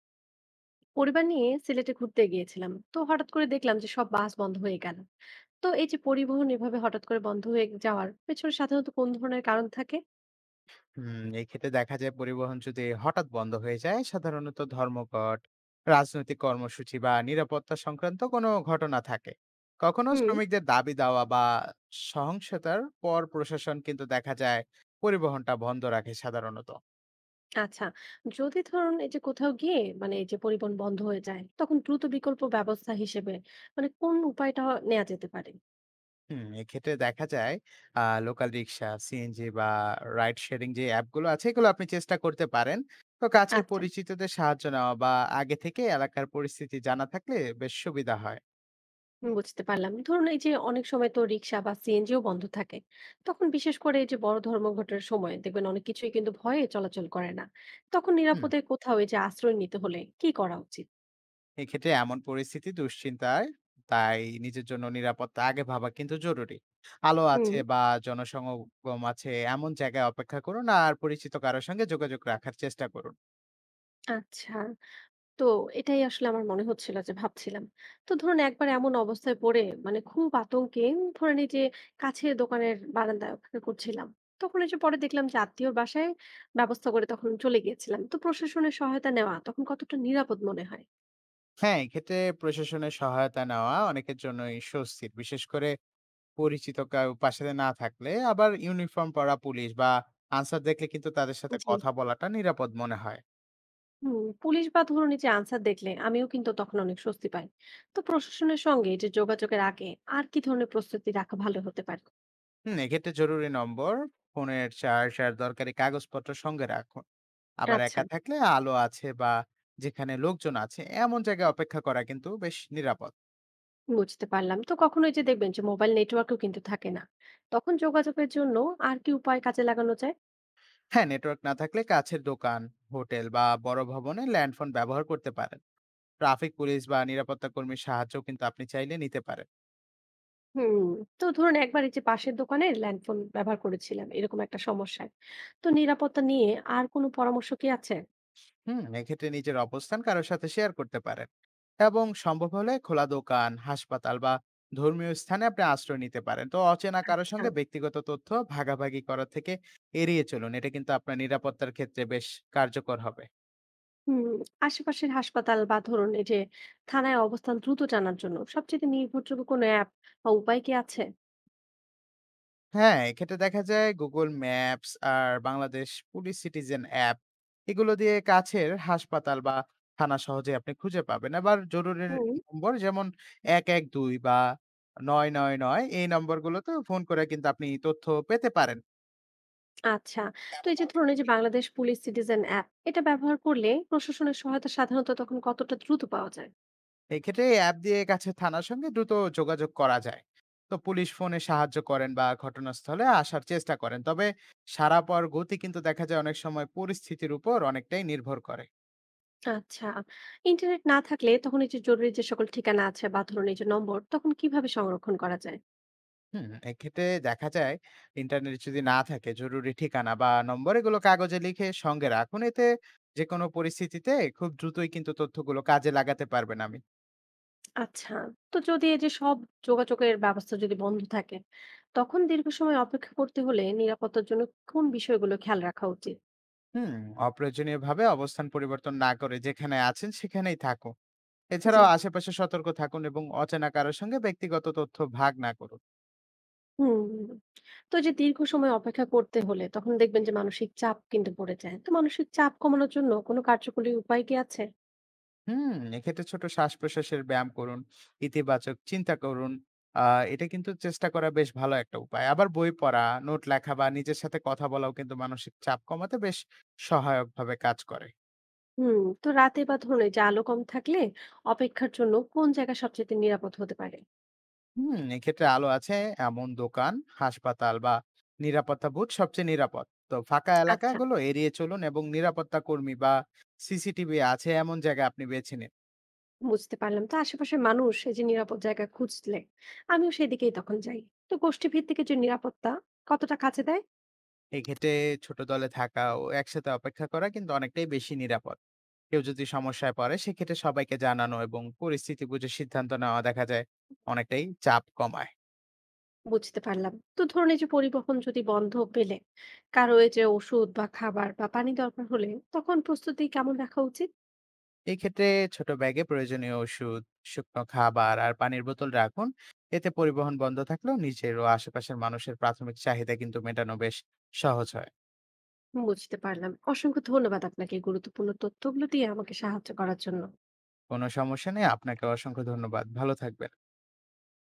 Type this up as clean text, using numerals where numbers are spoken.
পরিবার নিয়ে সিলেটে ঘুরতে গিয়েছিলাম তো হঠাৎ করে দেখলাম যে সব বাস বন্ধ হয়ে গেল। তো এই যে পরিবহন এভাবে হঠাৎ করে বন্ধ হয়ে যাওয়ার পেছনে সাধারণত কোন ধরনের কারণ থাকে? হুম, এক্ষেত্রে দেখা যায় পরিবহন যদি হঠাৎ বন্ধ হয়ে যায় সাধারণত ধর্মঘট, রাজনৈতিক কর্মসূচি বা নিরাপত্তা সংক্রান্ত কোনো ঘটনা থাকে। কখনো হুম। শ্রমিকদের দাবি দেওয়া বা সহিংসতার পর প্রশাসন কিন্তু দেখা যায় পরিবহনটা বন্ধ রাখে সাধারণত। আচ্ছা, যদি ধরুন এই যে কোথাও গিয়ে মানে এই যে পরিবহন বন্ধ হয়ে যায় তখন দ্রুত বিকল্প ব্যবস্থা হিসেবে মানে কোন উপায়টা নেওয়া যেতে পারে? হুম, এক্ষেত্রে দেখা যায় লোকাল রিক্সা, সিএনজি বা রাইড শেয়ারিং যে অ্যাপগুলো আছে এগুলো আপনি চেষ্টা করতে পারেন। তো কাছের আচ্ছা, পরিচিতদের সাহায্য নেওয়া বা আগে থেকে এলাকার পরিস্থিতি জানা থাকলে বেশ সুবিধা হয়। বুঝতে পারলাম। ধরুন এই যে অনেক সময় তো রিক্সা বা সিএনজিও বন্ধ থাকে। তখন বিশেষ করে এই যে বড় ধর্মঘটের সময় দেখবেন অনেক কিছুই কিন্তু ভয়ে চলাচল করে না। তখন হুম, নিরাপদে কোথাও এই যে আশ্রয় নিতে হলে কি করা উচিত? এক্ষেত্রে এমন পরিস্থিতি দুশ্চিন্তায়, তাই নিজের জন্য নিরাপত্তা আগে ভাবা কিন্তু জরুরি। আলো হুম। আছে বা জনসমাগম আছে এমন জায়গায় অপেক্ষা করুন আর পরিচিত কারোর সঙ্গে যোগাযোগ রাখার চেষ্টা করুন। আচ্ছা। তো এটাই আসলে আমার মনে হচ্ছিল যে ভাবছিলাম। তো ধরুন একবার এমন অবস্থায় পড়ে মানে খুব আতঙ্কে ধরেন এই যে কাছের দোকানের বারান্দায় অপেক্ষা করছিলাম। তখন এই যে পরে দেখলাম যে আত্মীয়র বাসায় ব্যবস্থা করে তখন চলে গিয়েছিলাম। তো প্রশাসনের সহায়তা নেওয়া তখন কতটা নিরাপদ মনে হয়? হ্যাঁ, এক্ষেত্রে প্রশাসনের সহায়তা নেওয়া অনেকের জন্যই স্বস্তির। বিশেষ করে পরিচিত কেউ পাশে না থাকলে, আবার ইউনিফর্ম পরা পুলিশ বা আনসার দেখলে কিন্তু তাদের সাথে জি। কথা বলাটা নিরাপদ মনে হয়। হুম, পুলিশ বা ধরুন এই যে আনসার দেখলে আমিও কিন্তু তখন অনেক স্বস্তি পাই। তো প্রশাসনের সঙ্গে এই যে যোগাযোগের আগে আর কি ধরনের প্রস্তুতি রাখা ভালো হতে পারে? হুম, এক্ষেত্রে জরুরি নম্বর, ফোনের চার্জ আর দরকারি কাগজপত্র সঙ্গে রাখুন। আবার আচ্ছা, একা থাকলে আলো আছে বা যেখানে লোকজন আছে এমন জায়গায় অপেক্ষা করা কিন্তু বেশ নিরাপদ। বুঝতে পারলাম। তো কখনো এই যে দেখবেন যে মোবাইল নেটওয়ার্কও কিন্তু থাকে না, তখন যোগাযোগের জন্য আর কি উপায় কাজে লাগানো যায়? হ্যাঁ, নেটওয়ার্ক না থাকলে কাছের দোকান, হোটেল বা বড় ভবনে ল্যান্ডফোন ব্যবহার করতে পারেন। ট্রাফিক পুলিশ বা নিরাপত্তা কর্মীর সাহায্য কিন্তু আপনি চাইলে নিতে পারেন। হুম। তো ধরুন একবার এই যে পাশের দোকানে ল্যান্ডফোন ব্যবহার করেছিলাম এরকম একটা সমস্যায়। তো নিরাপত্তা নিয়ে আর কোনো পরামর্শ কি আছে? হুম, এক্ষেত্রে নিজের অবস্থান কারোর সাথে শেয়ার করতে পারেন, এবং সম্ভব হলে খোলা দোকান, হাসপাতাল বা ধর্মীয় স্থানে আপনি আশ্রয় নিতে পারেন। তো অচেনা কারোর আচ্ছা। সঙ্গে ব্যক্তিগত তথ্য ভাগাভাগি করা থেকে এড়িয়ে চলুন, এটা কিন্তু আপনার নিরাপত্তার ক্ষেত্রে বেশ কার্যকর হবে। হুম, আশেপাশের হাসপাতাল বা ধরুন এই যে থানায় অবস্থান দ্রুত জানার জন্য সবচেয়ে নির্ভরযোগ্য কোনো অ্যাপ বা উপায় কি আছে? হ্যাঁ, এক্ষেত্রে দেখা যায় Google Maps আর বাংলাদেশ পুলিশ সিটিজেন অ্যাপ এগুলো দিয়ে কাছের হাসপাতাল বা থানা সহজে আপনি খুঁজে পাবেন। আবার জরুরি হুম। নম্বর যেমন ১১২ বা ৯৯৯, এই নম্বরগুলোতেও ফোন করে কিন্তু আপনি তথ্য পেতে পারেন। আচ্ছা, তো এই যে ধরুন এই যে বাংলাদেশ পুলিশ সিটিজেন অ্যাপ এটা ব্যবহার করলে প্রশাসনের সহায়তা সাধারণত তখন কতটা দ্রুত পাওয়া যায়? এক্ষেত্রে এই অ্যাপ দিয়ে কাছের থানার সঙ্গে দ্রুত যোগাযোগ করা যায়। তো পুলিশ ফোনে সাহায্য করেন বা ঘটনাস্থলে আসার চেষ্টা করেন। তবে সাড়া পাওয়ার গতি কিন্তু দেখা যায় অনেক সময় পরিস্থিতির উপর অনেকটাই নির্ভর করে। আচ্ছা, ইন্টারনেট না থাকলে তখন এই যে জরুরি যে সকল ঠিকানা আছে বা ধরুন এই যে নম্বর তখন কিভাবে সংরক্ষণ করা যায়? হুম, এক্ষেত্রে দেখা যায় ইন্টারনেট যদি না থাকে জরুরি ঠিকানা বা নম্বর এগুলো কাগজে লিখে সঙ্গে রাখুন, এতে যে কোনো পরিস্থিতিতে খুব দ্রুতই কিন্তু তথ্যগুলো কাজে লাগাতে পারবেন আমি। আচ্ছা, তো যদি এই যে সব যোগাযোগের ব্যবস্থা যদি বন্ধ থাকে তখন দীর্ঘ সময় অপেক্ষা করতে হলে নিরাপত্তার জন্য কোন বিষয়গুলো খেয়াল রাখা উচিত? হুম, অপ্রয়োজনীয় ভাবে অবস্থান পরিবর্তন না করে যেখানে আছেন সেখানেই থাকুন। জি। এছাড়াও আশেপাশে সতর্ক থাকুন এবং অচেনা কারোর সঙ্গে ব্যক্তিগত তথ্য ভাগ না করুন। হুম, তো এই যে দীর্ঘ সময় অপেক্ষা করতে হলে তখন দেখবেন যে মানসিক চাপ কিন্তু পড়ে যায়। তো মানসিক চাপ কমানোর জন্য কোনো কার্যকরী উপায় কি আছে? হুম, এক্ষেত্রে ছোট শ্বাস-প্রশ্বাসের ব্যায়াম করুন, ইতিবাচক চিন্তা করুন। আ এটা কিন্তু চেষ্টা করা বেশ ভালো একটা উপায়। আবার বই পড়া, নোট লেখা বা নিজের সাথে কথা বলাও কিন্তু মানসিক চাপ কমাতে বেশ সহায়কভাবে কাজ করে। হুম। তো রাতে বা ধরুন এই যে আলো কম থাকলে অপেক্ষার জন্য কোন জায়গা সবচাইতে নিরাপদ হতে পারে? হুম, এক্ষেত্রে আলো আছে এমন দোকান, হাসপাতাল বা নিরাপত্তা বুথ সবচেয়ে নিরাপদ। তো ফাঁকা আচ্ছা, এলাকাগুলো এড়িয়ে চলুন এবং নিরাপত্তা কর্মী বা সিসিটিভি আছে এমন জায়গা আপনি বেছে নিন। বুঝতে পারলাম। তো আশেপাশের মানুষ এই যে নিরাপদ জায়গা খুঁজলে আমিও সেদিকেই তখন যাই। তো গোষ্ঠীভিত্তিক এই যে নিরাপত্তা কতটা কাজে দেয়? এক্ষেত্রে ছোট দলে থাকা ও একসাথে অপেক্ষা করা কিন্তু অনেকটাই বেশি নিরাপদ। কেউ যদি সমস্যায় পড়ে সেক্ষেত্রে সবাইকে জানানো এবং পরিস্থিতি বুঝে সিদ্ধান্ত নেওয়া দেখা যায় অনেকটাই চাপ কমায়। বুঝতে পারলাম। তো ধরুন এই যে পরিবহন যদি বন্ধ পেলে কারো এই যে ওষুধ বা খাবার বা পানি দরকার হলে তখন প্রস্তুতি কেমন রাখা উচিত? এই ক্ষেত্রে ছোট ব্যাগে প্রয়োজনীয় ওষুধ, শুকনো খাবার আর পানির বোতল রাখুন। এতে পরিবহন বন্ধ থাকলেও নিজের ও আশেপাশের মানুষের প্রাথমিক চাহিদা কিন্তু মেটানো বেশ সহজ হয়। বুঝতে পারলাম। অসংখ্য ধন্যবাদ আপনাকে এই গুরুত্বপূর্ণ তথ্যগুলো দিয়ে আমাকে সাহায্য করার জন্য। কোনো সমস্যা নেই, আপনাকে অসংখ্য ধন্যবাদ, ভালো থাকবেন।